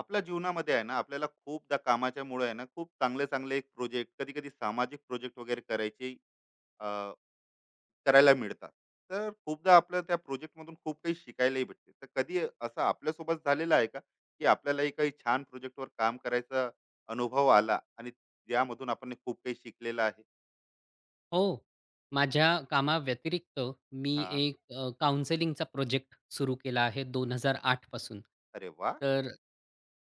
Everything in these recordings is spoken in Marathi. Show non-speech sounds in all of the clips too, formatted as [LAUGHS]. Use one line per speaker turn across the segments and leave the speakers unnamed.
आपल्या जीवनामध्ये आहे ना, आपल्याला खूपदा कामाच्या मुळे आहे ना, खूप चांगले चांगले एक प्रोजेक्ट, कधी कधी सामाजिक प्रोजेक्ट वगैरे करायचे अ, करायला मिळतात. तर खूपदा आपल्याला त्या प्रोजेक्ट मधून खूप काही शिकायलाही भेटते. तर कधी असं आपल्यासोबत झालेलं आहे का, की आपल्यालाही काही छान प्रोजेक्टवर काम करायचा अनुभव आला आणि यामधून आपण हे खूप काही शिकलेलं आहे?
हो. माझ्या कामाव्यतिरिक्त मी
हा.
एक काउंसेलिंगचा प्रोजेक्ट सुरू केला आहे 2008 पासून.
अरे वा.
तर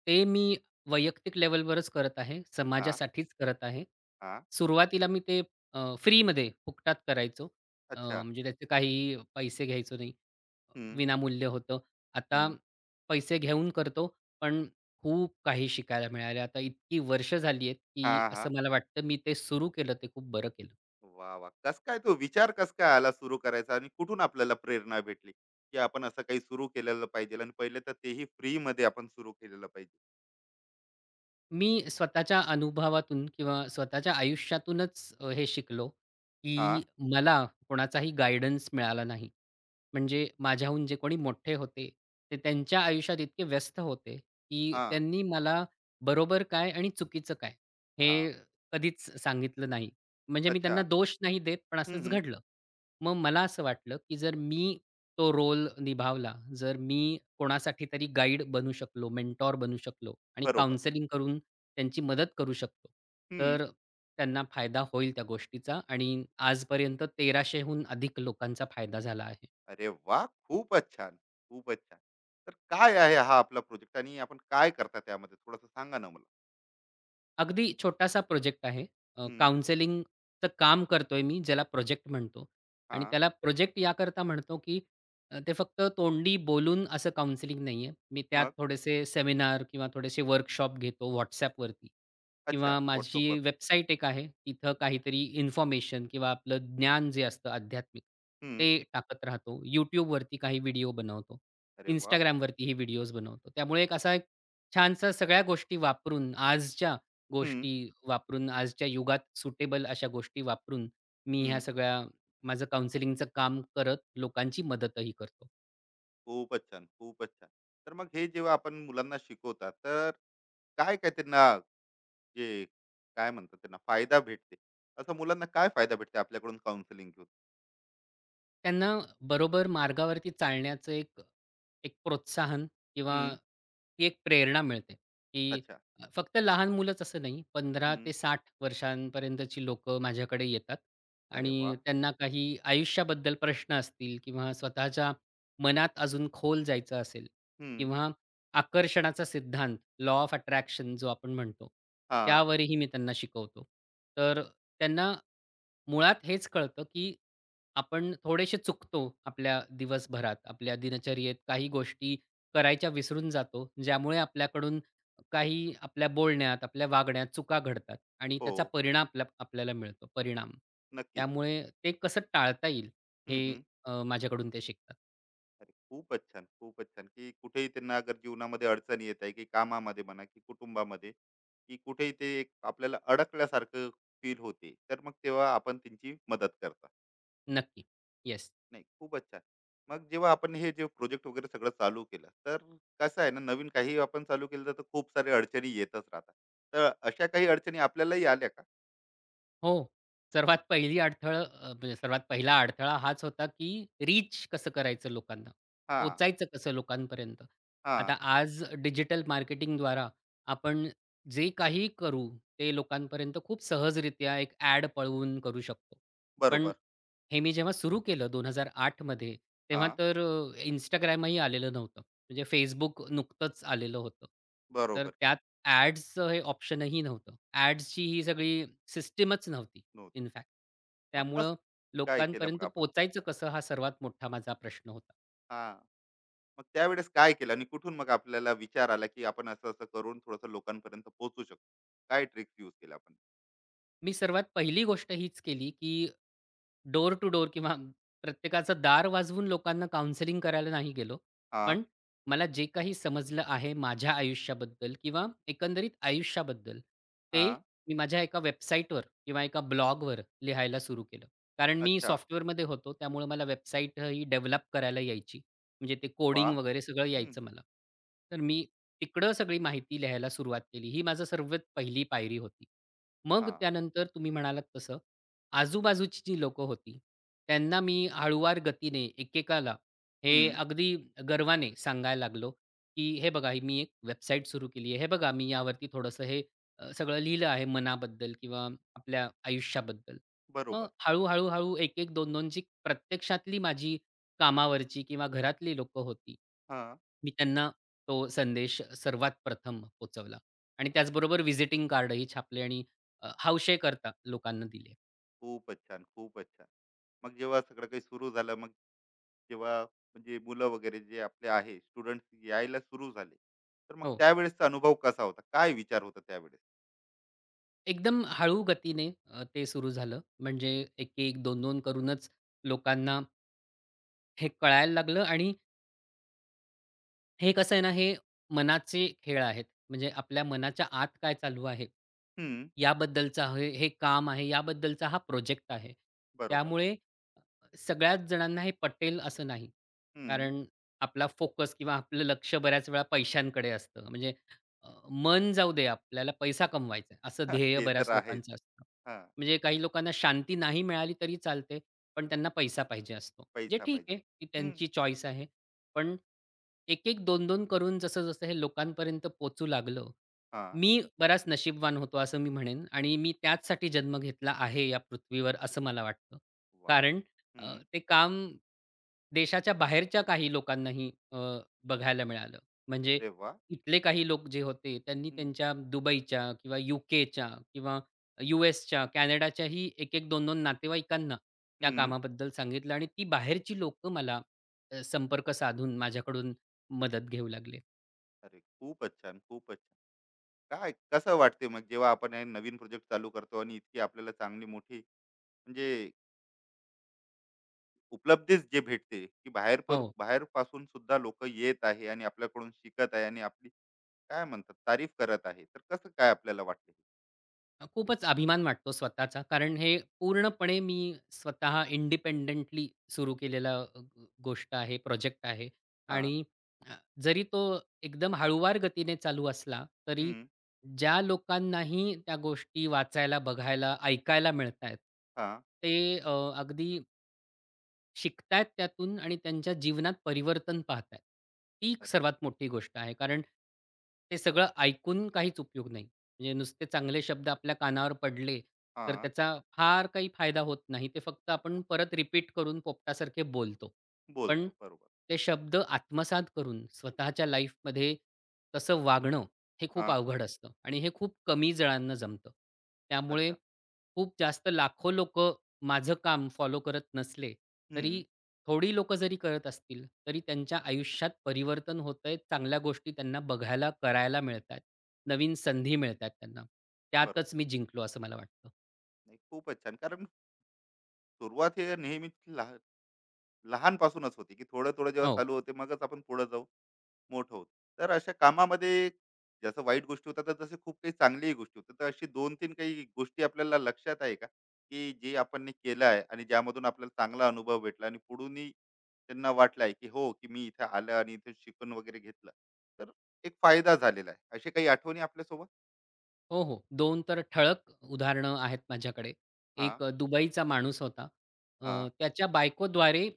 ते मी वैयक्तिक लेव्हलवरच करत आहे.
हा.
समाजासाठीच करत आहे.
हा.
सुरुवातीला मी ते फ्रीमध्ये फुकटात करायचो.
अच्छा.
म्हणजे त्याचे काही पैसे घ्यायचो नाही.
हम्म.
विनामूल्य होतं. आता
हम्म.
पैसे घेऊन करतो, पण खूप काही शिकायला मिळालं. आता इतकी वर्ष झाली आहेत,
हा.
की
हा.
असं मला वाटतं मी ते सुरू केलं ते खूप बरं केलं.
वा वा, कस काय तो विचार कस काय आला सुरू करायचा, आणि कुठून आपल्याला प्रेरणा भेटली, की आपण असं काही सुरू केलेलं पाहिजे, आणि पहिले तर तेही फ्री मध्ये आपण सुरू केलेलं पाहिजे?
मी स्वतःच्या अनुभवातून किंवा स्वतःच्या आयुष्यातूनच हे शिकलो,
हा.
की मला कोणाचाही गाईडन्स मिळाला नाही. म्हणजे माझ्याहून जे कोणी मोठे होते, ते त्यांच्या आयुष्यात इतके व्यस्त होते, की
हा.
त्यांनी मला बरोबर काय आणि चुकीचं काय
हा.
हे कधीच सांगितलं नाही. म्हणजे मी त्यांना
अच्छा.
दोष नाही देत, पण
हम्म.
असंच
हम्म.
घडलं. मग मला असं वाटलं, की जर मी तो रोल निभावला, जर मी कोणासाठी तरी गाईड बनू शकलो, मेंटॉर बनू शकलो आणि
बरोबर.
काउन्सेलिंग करून त्यांची मदत करू शकतो,
हम्म.
तर त्यांना फायदा होईल त्या गोष्टीचा आणि आजपर्यंत 1300हून अधिक लोकांचा फायदा झाला आहे.
अरे वा, खूपच छान, खूपच छान. तर काय आहे हा आपला प्रोजेक्ट, आणि आपण काय करता त्यामध्ये, थोडस सांगा ना मला.
अगदी छोटासा प्रोजेक्ट आहे.
हम्म.
काउंसेलिंगचं काम करतोय मी, ज्याला प्रोजेक्ट म्हणतो आणि
हा.
त्याला प्रोजेक्ट याकरता म्हणतो, की ते फक्त तोंडी बोलून असं काउंसेलिंग नाहीये. मी त्यात
मग.
थोडेसे सेमिनार किंवा थोडेसे वर्कशॉप घेतो WhatsAppवरती
अच्छा,
किंवा
व्हॉट्सअपवर.
माझी वेबसाईट एक आहे. तिथं काहीतरी इन्फॉर्मेशन किंवा आपलं ज्ञान जे असतं आध्यात्मिक,
हम्म.
ते टाकत राहतो. YouTubeवरती काही व्हिडिओ बनवतो.
अरे वा.
Instagramवरतीही व्हिडिओज बनवतो. त्यामुळे एक छानसा सगळ्या गोष्टी वापरून आजच्या
हम्म.
गोष्टी वापरून, आजच्या युगात सुटेबल अशा गोष्टी वापरून, मी ह्या
हम्म.
सगळ्या माझं काउन्सिलिंगचं काम करत लोकांची मदतही करतो.
खूपच छान, खूपच छान. तर मग हे जेव्हा आपण मुलांना शिकवतात, तर काय-काय त्यांना, जे काय म्हणतात, त्यांना फायदा भेटते? असा मुलांना काय फायदा भेटते आपल्याकडून काउन्सिलिंग घेऊन?
त्यांना बरोबर मार्गावरती चालण्याचं एक एक प्रोत्साहन किंवा
हं.
ती एक प्रेरणा मिळते, की
अच्छा.
फक्त लहान मुलंच असं नाही, 15
हं.
ते 60 वर्षांपर्यंतची लोकं माझ्याकडे येतात
अरे
आणि
वाह!
त्यांना काही आयुष्याबद्दल प्रश्न असतील किंवा स्वतःच्या मनात अजून खोल जायचं असेल
हं.
किंवा आकर्षणाचा सिद्धांत, लॉ ऑफ अट्रॅक्शन जो आपण म्हणतो,
हां.
त्यावरही मी त्यांना शिकवतो. तर त्यांना मुळात हेच कळतं, की आपण थोडेसे चुकतो आपल्या दिवसभरात, आपल्या दिनचर्येत काही गोष्टी करायच्या विसरून जातो, ज्यामुळे आपल्याकडून काही आपल्या बोलण्यात, आपल्या वागण्यात चुका घडतात आणि
हो,
त्याचा परिणाम आपल्याला मिळतो.
नक्कीच.
त्यामुळे ते कसं टाळता येईल
हं,
हे
हं.
माझ्याकडून ते शिकतात.
अरे खूपच छान, खूपच छान. की कुठेही त्यांना अगर जीवनामध्ये अडचणी येत आहे, की कामामध्ये म्हणा, की कुटुंबामध्ये, की कुठेही ते एक आपल्याला अडकल्यासारखं फील होते, तर मग तेव्हा आपण त्यांची मदत करता.
नक्की. येस.
नाही, खूपच छान. मग जेव्हा आपण हे जे प्रोजेक्ट वगैरे सगळं चालू केलं, तर कसं आहे ना, नवीन काही आपण चालू केलं तर खूप सारे अडचणी येतच राहतात. तर अशा काही अडचणी आपल्यालाही आल्या का?
हो. सर्वात पहिली अडथळं अ, म्हणजे सर्वात पहिला अडथळा हाच होता, की रीच कसं करायचं लोकांना?
हां.
पोहचायचं कसं लोकांपर्यंत?
हां.
आता आज डिजिटल मार्केटिंगद्वारा आपण जे काही करू, ते लोकांपर्यंत खूप सहजरित्या एक ॲड पळवून करू शकतो. पण
बरोबर.
हे मी जेव्हा सुरू केलं 2008 मध्ये, तेव्हा
हां.
तर Instagramही आलेलं नव्हतं. म्हणजे Facebook नुकतंच आलेलं होतं. तर
बरोबर.
त्यात ॲड्सचं हे ऑप्शनही नव्हतं. ॲड्सची ही सगळी सिस्टमच नव्हती
नव्हतं.
In fact.
मग कसं.
त्यामुळं
काय केलं मग
लोकांपर्यंत
आपण?
पोहोचायचं कसं हा सर्वात मोठा माझा प्रश्न होता.
हां. मग त्यावेळेस काय केलं, आणि कुठून मग आपल्याला विचार आला, की आपण असं-असं करून थोडंसं लोकांपर्यंत पोहोचू शकतो? काय ट्रिक्स यूज केल्या आपण?
मी सर्वात पहिली गोष्ट हीच केली, की डोर टू डोअर किंवा प्रत्येकाचं दार वाजवून लोकांना काउन्सिलिंग करायला नाही गेलो.
हां.
पण मला जे काही समजलं आहे माझ्या आयुष्याबद्दल किंवा एकंदरीत आयुष्याबद्दल, ते
हां.
मी माझ्या एका वेबसाईटवर किंवा एका ब्लॉगवर लिहायला सुरू केलं. कारण मी
अच्छा.
सॉफ्टवेअरमध्ये होतो त्यामुळे मला वेबसाईट ही डेव्हलप करायला यायची. म्हणजे ते
वाह!
कोडिंग वगैरे सगळं
हं.
यायचं मला. तर मी तिकडं सगळी माहिती लिहायला सुरुवात केली. ही माझं सर्वात पहिली पायरी होती. मग
हां.
त्यानंतर तुम्ही म्हणालात तसं आजूबाजूची जी लोकं होती, त्यांना मी हळूवार गतीने एकेकाला हे
हं.
अगदी गर्वाने सांगायला लागलो, की "हे बघा, ही मी एक वेबसाईट सुरू केली आहे. हे बघा, मी यावरती थोडंसं सगळं लिहिलं आहे मनाबद्दल किंवा आपल्या आयुष्याबद्दल." मग
बरोबर.
हळू-हळू, हळू, एक-एक, दोन-दोन जी प्रत्यक्षातली माझी कामावरची किंवा घरातली लोकं होती,
हां.
मी त्यांना तो संदेश सर्वात प्रथम पोहोचवला आणि त्याचबरोबर व्हिजिटिंग कार्डही छापले आणि हौशेकरता लोकांना दिले.
खूपच छान, खूपच छान. मग जेव्हा सगळं काही सुरू झालं, मग जेव्हा म्हणजे मुलं वगैरे जे आपले आहे, स्टुडंट्स यायला सुरू झाले, तर मग
हो.
त्यावेळेसचा अनुभव कसा होता? काय विचार होता त्यावेळेस?
एकदम हळू गतीने ते सुरू झालं. म्हणजे एक-एक, दोन-दोन करूनच लोकांना हे कळायला लागलं आणि हे कसं आहे ना, हे मनाचे खेळ आहेत. म्हणजे आपल्या मनाच्या आत काय चालू आहे,
हं.
याबद्दलचं हे हे काम आहे, याबद्दलचा हा प्रोजेक्ट आहे.
बरोबर.
त्यामुळे सगळ्याच जणांना हे पटेल असं नाही.
हं.
कारण आपला फोकस किंवा आपलं लक्ष बऱ्याच वेळा पैशांकडे असतं. म्हणजे मन जाऊ दे आपल्याला पैसा कमवायचा आहे, असं
हां,
ध्येय
ते तर
बऱ्याच
आहेच.
लोकांचं असतं.
हां.
म्हणजे काही लोकांना शांती नाही मिळाली तरी चालते, पण त्यांना पैसा पाहिजे असतो. जे
पैसा
ठीक आहे,
पाहिजे.
ती
हं.
त्यांची चॉईस आहे. पण एक-एक, दोन-दोन करून जसं-जसं हे लोकांपर्यंत पोहोचू लागलं,
हां.
मी बराच नशीबवान होतो असं मी म्हणेन आणि मी त्याचसाठी जन्म घेतला आहे या पृथ्वीवर असं मला वाटतं.
वाह!
कारण
हं.
ते काम देशाच्या बाहेरच्या काही लोकांनाही बघायला मिळालं. म्हणजे
अरे वाह!
इथले काही लोक जे होते त्यांनी
हं.
त्यांच्या दुबईच्या किंवा यूकेच्या किंवा यूएसच्या, कॅनडाच्याही 1-1, 2-2 नातेवाईकांना त्या
हं.
कामाबद्दल सांगितलं आणि ती बाहेरची लोकं मला संपर्क साधून माझ्याकडून मदत घेऊ लागले.
अरे खूपच छान, खूपच छान. काय कसं वाटते मग, जेव्हा आपण हे नवीन प्रोजेक्ट चालू करतो आणि इतकी आपल्याला चांगली मोठी, म्हणजे उपलब्धीच जे भेटते, की
हो.
बाहेर पासून सुद्धा लोक येत आहे, आणि आपल्याकडून शिकत आहे, आणि आपली काय म्हणतात, तारीफ करत आहे. तर कसं काय आपल्याला वाटलं?
खूपच अभिमान वाटतो स्वतःचा. कारण हे पूर्णपणे मी स्वतः इंडिपेंडेंटली सुरू केलेला अ, ग गोष्ट आहे, प्रोजेक्ट आहे
हां.
आणि अ, जरी तो एकदम हळूवार गतीने चालू असला, तरी
हं.
ज्या लोकांनाही त्या गोष्टी वाचायला, बघायला, ऐकायला मिळतायत,
हां.
ते अगदी शिकतायत त्यातून आणि त्यांच्या जीवनात परिवर्तन पाहतायत. ती एक
अ,
सर्वात मोठी गोष्ट आहे. कारण ते सगळं ऐकून काहीच उपयोग नाही. म्हणजे नुसते चांगले शब्द आपल्या कानावर पडले, तर
हां.
त्याचा फार काही फायदा होत नाही. ते फक्त आपण परत रिपीट करून पोपटासारखे बोलतो. पण
बोलतो. बरोबर.
ते शब्द आत्मसात करून स्वतःच्या लाईफमध्ये तसं वागणं हे खूप
हां.
अवघड असतं आणि हे खूप कमी जणांना जमतं. त्यामुळे
अच्छा.
खूप जास्त लाखो लोकं माझं काम फॉलो करत नसले, तरी
हं.
थोडी लोकं जरी करत असतील, तरी त्यांच्या आयुष्यात परिवर्तन होतंय. चांगल्या गोष्टी त्यांना बघायला, करायला मिळतायत. नवीन संधी मिळतायत त्यांना.
बरोबर.
त्यातच मी जिंकलो असं मला वाटतं.
नाही, खूपच छान. कारण सुरुवात हे नेहमीच लहानपासूनच होते, की थोडं-थोडं जेव्हा
हो.
चालू होते, मगच आपण पुढे जाऊ. मोठं होतं. तर अशा कामामध्ये जसं वाईट गोष्टी होतात, तर तसे खूप काही चांगल्याही गोष्टी होतात. तर अशी 2-3 काही गोष्टी आपल्याला लक्षात आहे का, की जे आपण केलं आहे, आणि ज्यामधून आपल्याला चांगला अनुभव भेटला, आणि पुढूनही त्यांना वाटलं आहे, की हो, की मी इथे आलं आणि इथे शिकून वगैरे घेतलं, तर एक फायदा झालेला आहे. अशा काही आठवणी आपल्यासोबत?
हो, हो. 2 तर ठळक उदाहरणं आहेत माझ्याकडे.
हां.
एक दुबईचा माणूस होता.
हां.
त्याच्या बायकोद्वारे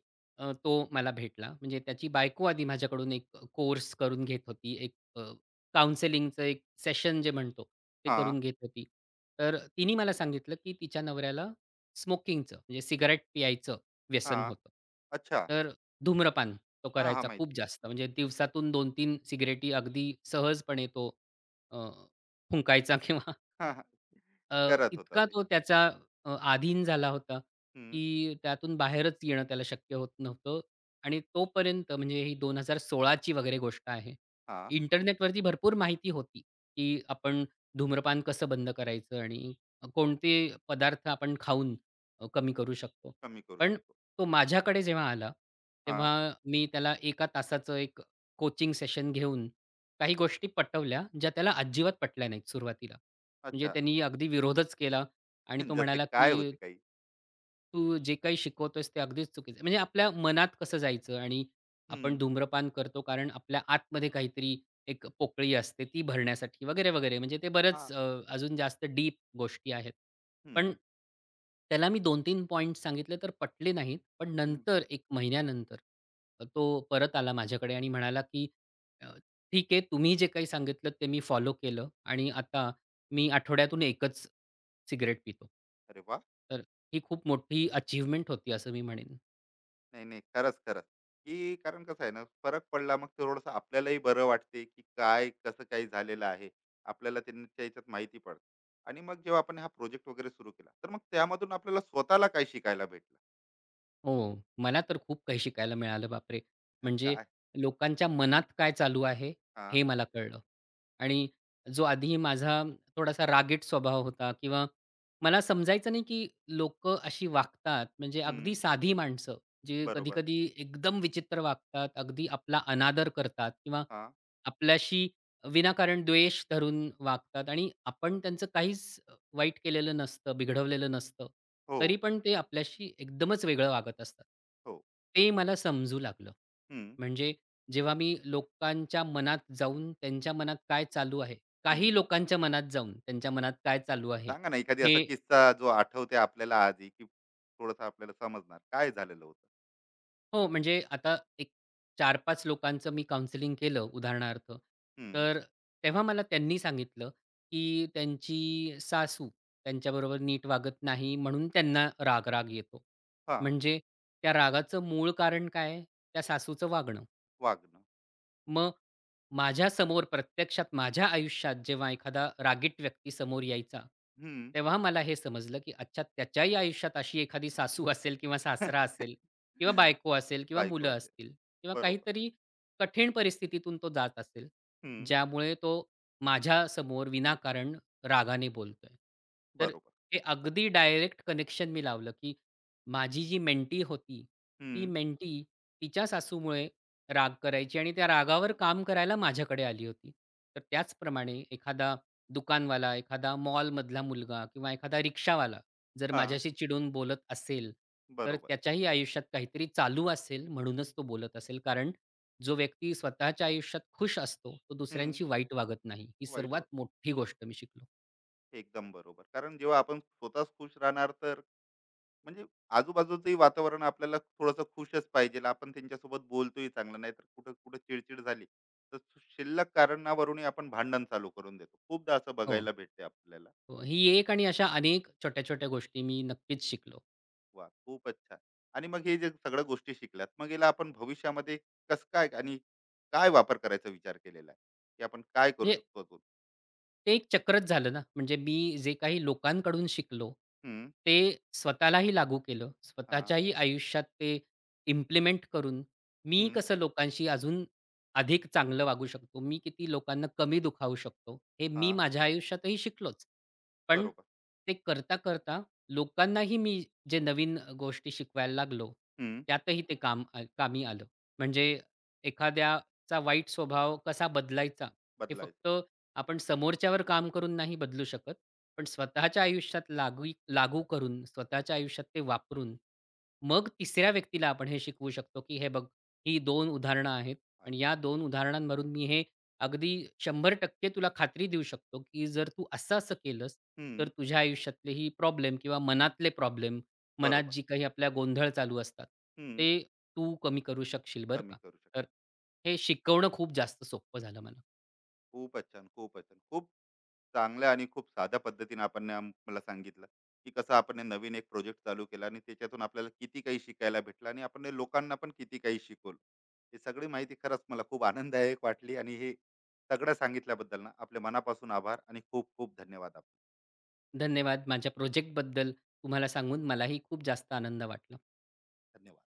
तो मला भेटला. म्हणजे त्याची बायको आधी माझ्याकडून एक कोर्स करून घेत होती. एक सेशन जे म्हणतो, ते
हां.
करून घेत होती. तर तिने मला सांगितलं, की तिच्या नवऱ्याला स्मोकिंगचं म्हणजे सिगारेट पियायचं व्यसन
हां.
होतं.
अच्छा.
तर धूम्रपान तो
हां. हां,
करायचा खूप
माहिती.
जास्त. म्हणजे दिवसातून 2-3 सिगारेटी अगदी सहजपणे तो फुंकायचा [LAUGHS] किंवा
हां, हां.
अ,
करत होता
इतका
ते.
तो अधीन झाला होता,
हं.
की त्यातून बाहेरच येणं त्याला शक्य होत नव्हतं आणि तोपर्यंत म्हणजे ही 2016ची वगैरे गोष्ट आहे.
हां.
इंटरनेटवरती भरपूर माहिती होती, की आपण धूम्रपान कसं बंद करायचं आणि कोणते पदार्थ आपण खाऊन कमी करू शकतो.
कमी करू
पण
शकतो.
तो माझ्याकडे जेव्हा आला, तेव्हा
हां.
मी त्याला 1 तासाचं एक कोचिंग सेशन घेऊन काही गोष्टी पटवल्या, ज्या त्याला अजिबात पटल्या नाहीत सुरुवातीला. म्हणजे
अच्छा.
त्यांनी अगदी विरोधच केला आणि
[LAUGHS]
तो
जसे
म्हणाला,
काय
की
होते काही?
तू जे काही शिकवतोयस ते अगदीच चुकीचं आहे. म्हणजे आपल्या मनात कसं जायचं आणि आपण
हं.
धूम्रपान करतो कारण आपल्या आतमध्ये काहीतरी एक पोकळी असते ती भरण्यासाठी वगैरे, वगैरे. म्हणजे ते
हां.
बरंच अजून जास्त डीप गोष्टी आहेत.
हं,
पण त्याला मी 2-3 पॉइंट्स सांगितले तर पटले नाहीत. पण
हं.
नंतर 1 महिन्यानंतर तो परत आला माझ्याकडे आणि म्हणाला, की "अ, ठीक आहे तुम्ही जे काही सांगितलत ते मी फॉलो केलं आणि आता मी आठवड्यातून एकच सिगारेट पितो.
अरे वाह!
तर ही खूप मोठी अचीवमेंट होती असं मी म्हणेन.
नाही, नाही. खरंच, खरंच. की कारण कसं आहे ना, फरक पडला मग थोडंसं आपल्यालाही बरं वाटते, की काय कसं काय झालेलं आहे. आपल्याला त्यांच्या ह्याच्यात माहिती पडते. आणि मग जेव्हा आपण हा प्रोजेक्ट वगैरे सुरू केला, तर मग त्यामधून आपल्याला स्वतःला काय शिकायला भेटलं?
हो, मला तर खूप काही शिकायला मिळालं बापरे!
हं,
म्हणजे
काय?
लोकांच्या मनात काय चालू आहे
हां.
हे मला कळलं. आणि जो आधी माझा थोडासा रागीट स्वभाव होता किंवा मला समजायचं नाही की लोक अशी वागतात. म्हणजे अगदी
हं.
साधी माणसं जी
बरोबर.
कधी-कधी एकदम विचित्र वागतात, अगदी आपला अनादर करतात किंवा
हां.
आपल्याशी विनाकारण द्वेष धरून वागतात आणि आपण त्यांचं काहीच वाईट केलेलं नसतं, बिघडवलेलं नसतं.
हो,
तरी पण ते आपल्याशी एकदमच वेगळं वागत असतात.
हो.
ते मला समजू लागलं.
हं,
म्हणजे जेव्हा मी लोकांच्या मनात जाऊन त्यांच्या मनात काय चालू आहे,
हं.
काही लोकांच्या मनात जाऊन त्यांच्या मनात काय चालू आहे,
सांगा ना एखादी असा
हे
किस्सा जो आठवते आपल्याला आजही, की थोडंसं आपल्याला समजणार काय झालेलं होतं?
हो, म्हणजे आता एक 4-5 लोकांचं मी काउंसलिंग केलं उदाहरणार्थ.
हं.
तर तेव्हा मला त्यांनी सांगितलं, की त्यांची सासू त्यांच्याबरोबर नीट वागत नाही म्हणून त्यांना राग-राग येतो.
हां.
म्हणजे त्या रागाचं मूळ कारण काय? त्या सासूचं वागणं.
वागणं.
मग माझ्यासमोर प्रत्यक्षात माझ्या आयुष्यात जेव्हा एखादा रागीट व्यक्ती समोर यायचा,
हं.
तेव्हा मला हे समजलं, की अच्छा त्याच्याही आयुष्यात अशी एखादी सासू असेल किंवा सासरा असेल किंवा बायको असेल किंवा
बायको.
मुलं असतील किंवा
बरोबर.
काहीतरी कठीण परिस्थितीतून तो जात असेल,
हं.
ज्यामुळे तो माझ्यासमोर विनाकारण रागाने बोलतोय. तर
बरोबर.
हे अगदी डायरेक्ट कनेक्शन मी लावलं, की माझी जी मेंटी होती, ती
हं.
मेंटी तिच्या सासूमुळे राग करायची आणि त्या रागावर काम करायला माझ्याकडे आली होती. तर त्याचप्रमाणे एखादा दुकानवाला, एखादा मॉलमधला मुलगा किंवा एखादा रिक्षावाला जर
हां.
माझ्याशी चिडून बोलत असेल, तर
बरोबर.
त्याच्याही आयुष्यात काहीतरी चालू असेल म्हणूनच तो बोलत असेल. कारण जो व्यक्ती स्वतःच्या आयुष्यात खुश असतो, तो
हं.
दुसऱ्यांशी वाईट वागत नाही. ही
वाईट वा
सर्वात मोठी गोष्ट मी शिकलो.
एकदम बरोबर. कारण जेव्हा आपण स्वतःच खुश राहणार, तर म्हणजे आजूबाजूचंही वातावरण आपल्याला थोडंसं खुशच पाहिजे. आपण त्यांच्यासोबत बोलतोही चांगलं, नाहीतर कुठं-कुठं चिडचिड झाली, तर शिल्लक कारणावरूनही आपण भांडण चालू करून देतो. खूपदा असं
हो.
बघायला भेटते आपल्याला.
हो, ही एक आणि अशा अनेक छोट्या-छोट्या गोष्टी मी नक्कीच शिकलो.
वाह! खूपच छान. आणि मग हे जे सगळ्या गोष्टी शिकल्यात, मग याला आपण भविष्यामध्ये कसं काय आणि काय वापर करायचा विचार केलेला आहे, की आपण काय करू
म्हणजे
शकतो अजून?
ते एक चक्रच झालं ना. म्हणजे मी जे काही लोकांकडून शिकलो,
हं.
ते स्वतःलाही लागू केलं.
हां.
स्वतःच्याही आयुष्यात ते इम्प्लिमेंट करून मी कसं लोकांशी अजून अधिक चांगलं वागू शकतो, मी किती लोकांना कमी दुखावू शकतो, हे मी
हां.
माझ्या आयुष्यातही शिकलोच. पण
बरोबर.
ते करता-करता लोकांनाही मी जे नवीन गोष्टी शिकवायला लागलो,
हं.
त्यातही ते काम कामी आलं. म्हणजे एखाद्याचा वाईट स्वभाव कसा बदलायचा, हे
बदलायचं
फक्त आपण समोरच्यावर काम करून नाही बदलू शकत. पण स्वतःच्या आयुष्यात लागू लागू करून, स्वतःच्या आयुष्यात ते वापरून, मग तिसऱ्या व्यक्तीला आपण हे शिकवू शकतो, की "हे बघ, ही दोन उदाहरणं आहेत
आहे.
आणि या दोन उदाहरणांवरून मी हे अगदी 100% तुला खात्री देऊ शकतो, की जर तू असं-असं केलंस, तर
हं.
तुझ्या आयुष्यातले ही प्रॉब्लेम किंवा मनातले प्रॉब्लेम, मनात
बरोबर.
जी काही आपल्या गोंधळ चालू असतात,
हं.
ते तू कमी करू शकशील बरं
कमी
का."
करू
तर
शकतो.
हे शिकवणं खूप जास्त सोपं झालं मला.
खूपच छान, खूपच छान. खूप चांगल्या आणि खूप साध्या पद्धतीने आपण मला सांगितलं, की कसं आपण हे नवीन एक प्रोजेक्ट चालू केला, आणि त्याच्यातून आपल्याला किती काही शिकायला भेटलं, आणि आपण हे लोकांना पण किती काही शिकवलं. ही सगळी माहिती खरंच मला खूप आनंददायक वाटली, आणि हे सगळं सांगितल्याबद्दल ना आपल्या मनापासून आभार आणि खूप खूप धन्यवाद आपले.
धन्यवाद. माझ्या प्रोजेक्टबद्दल तुम्हाला सांगून मलाही खूप जास्त आनंद वाटला.
धन्यवाद.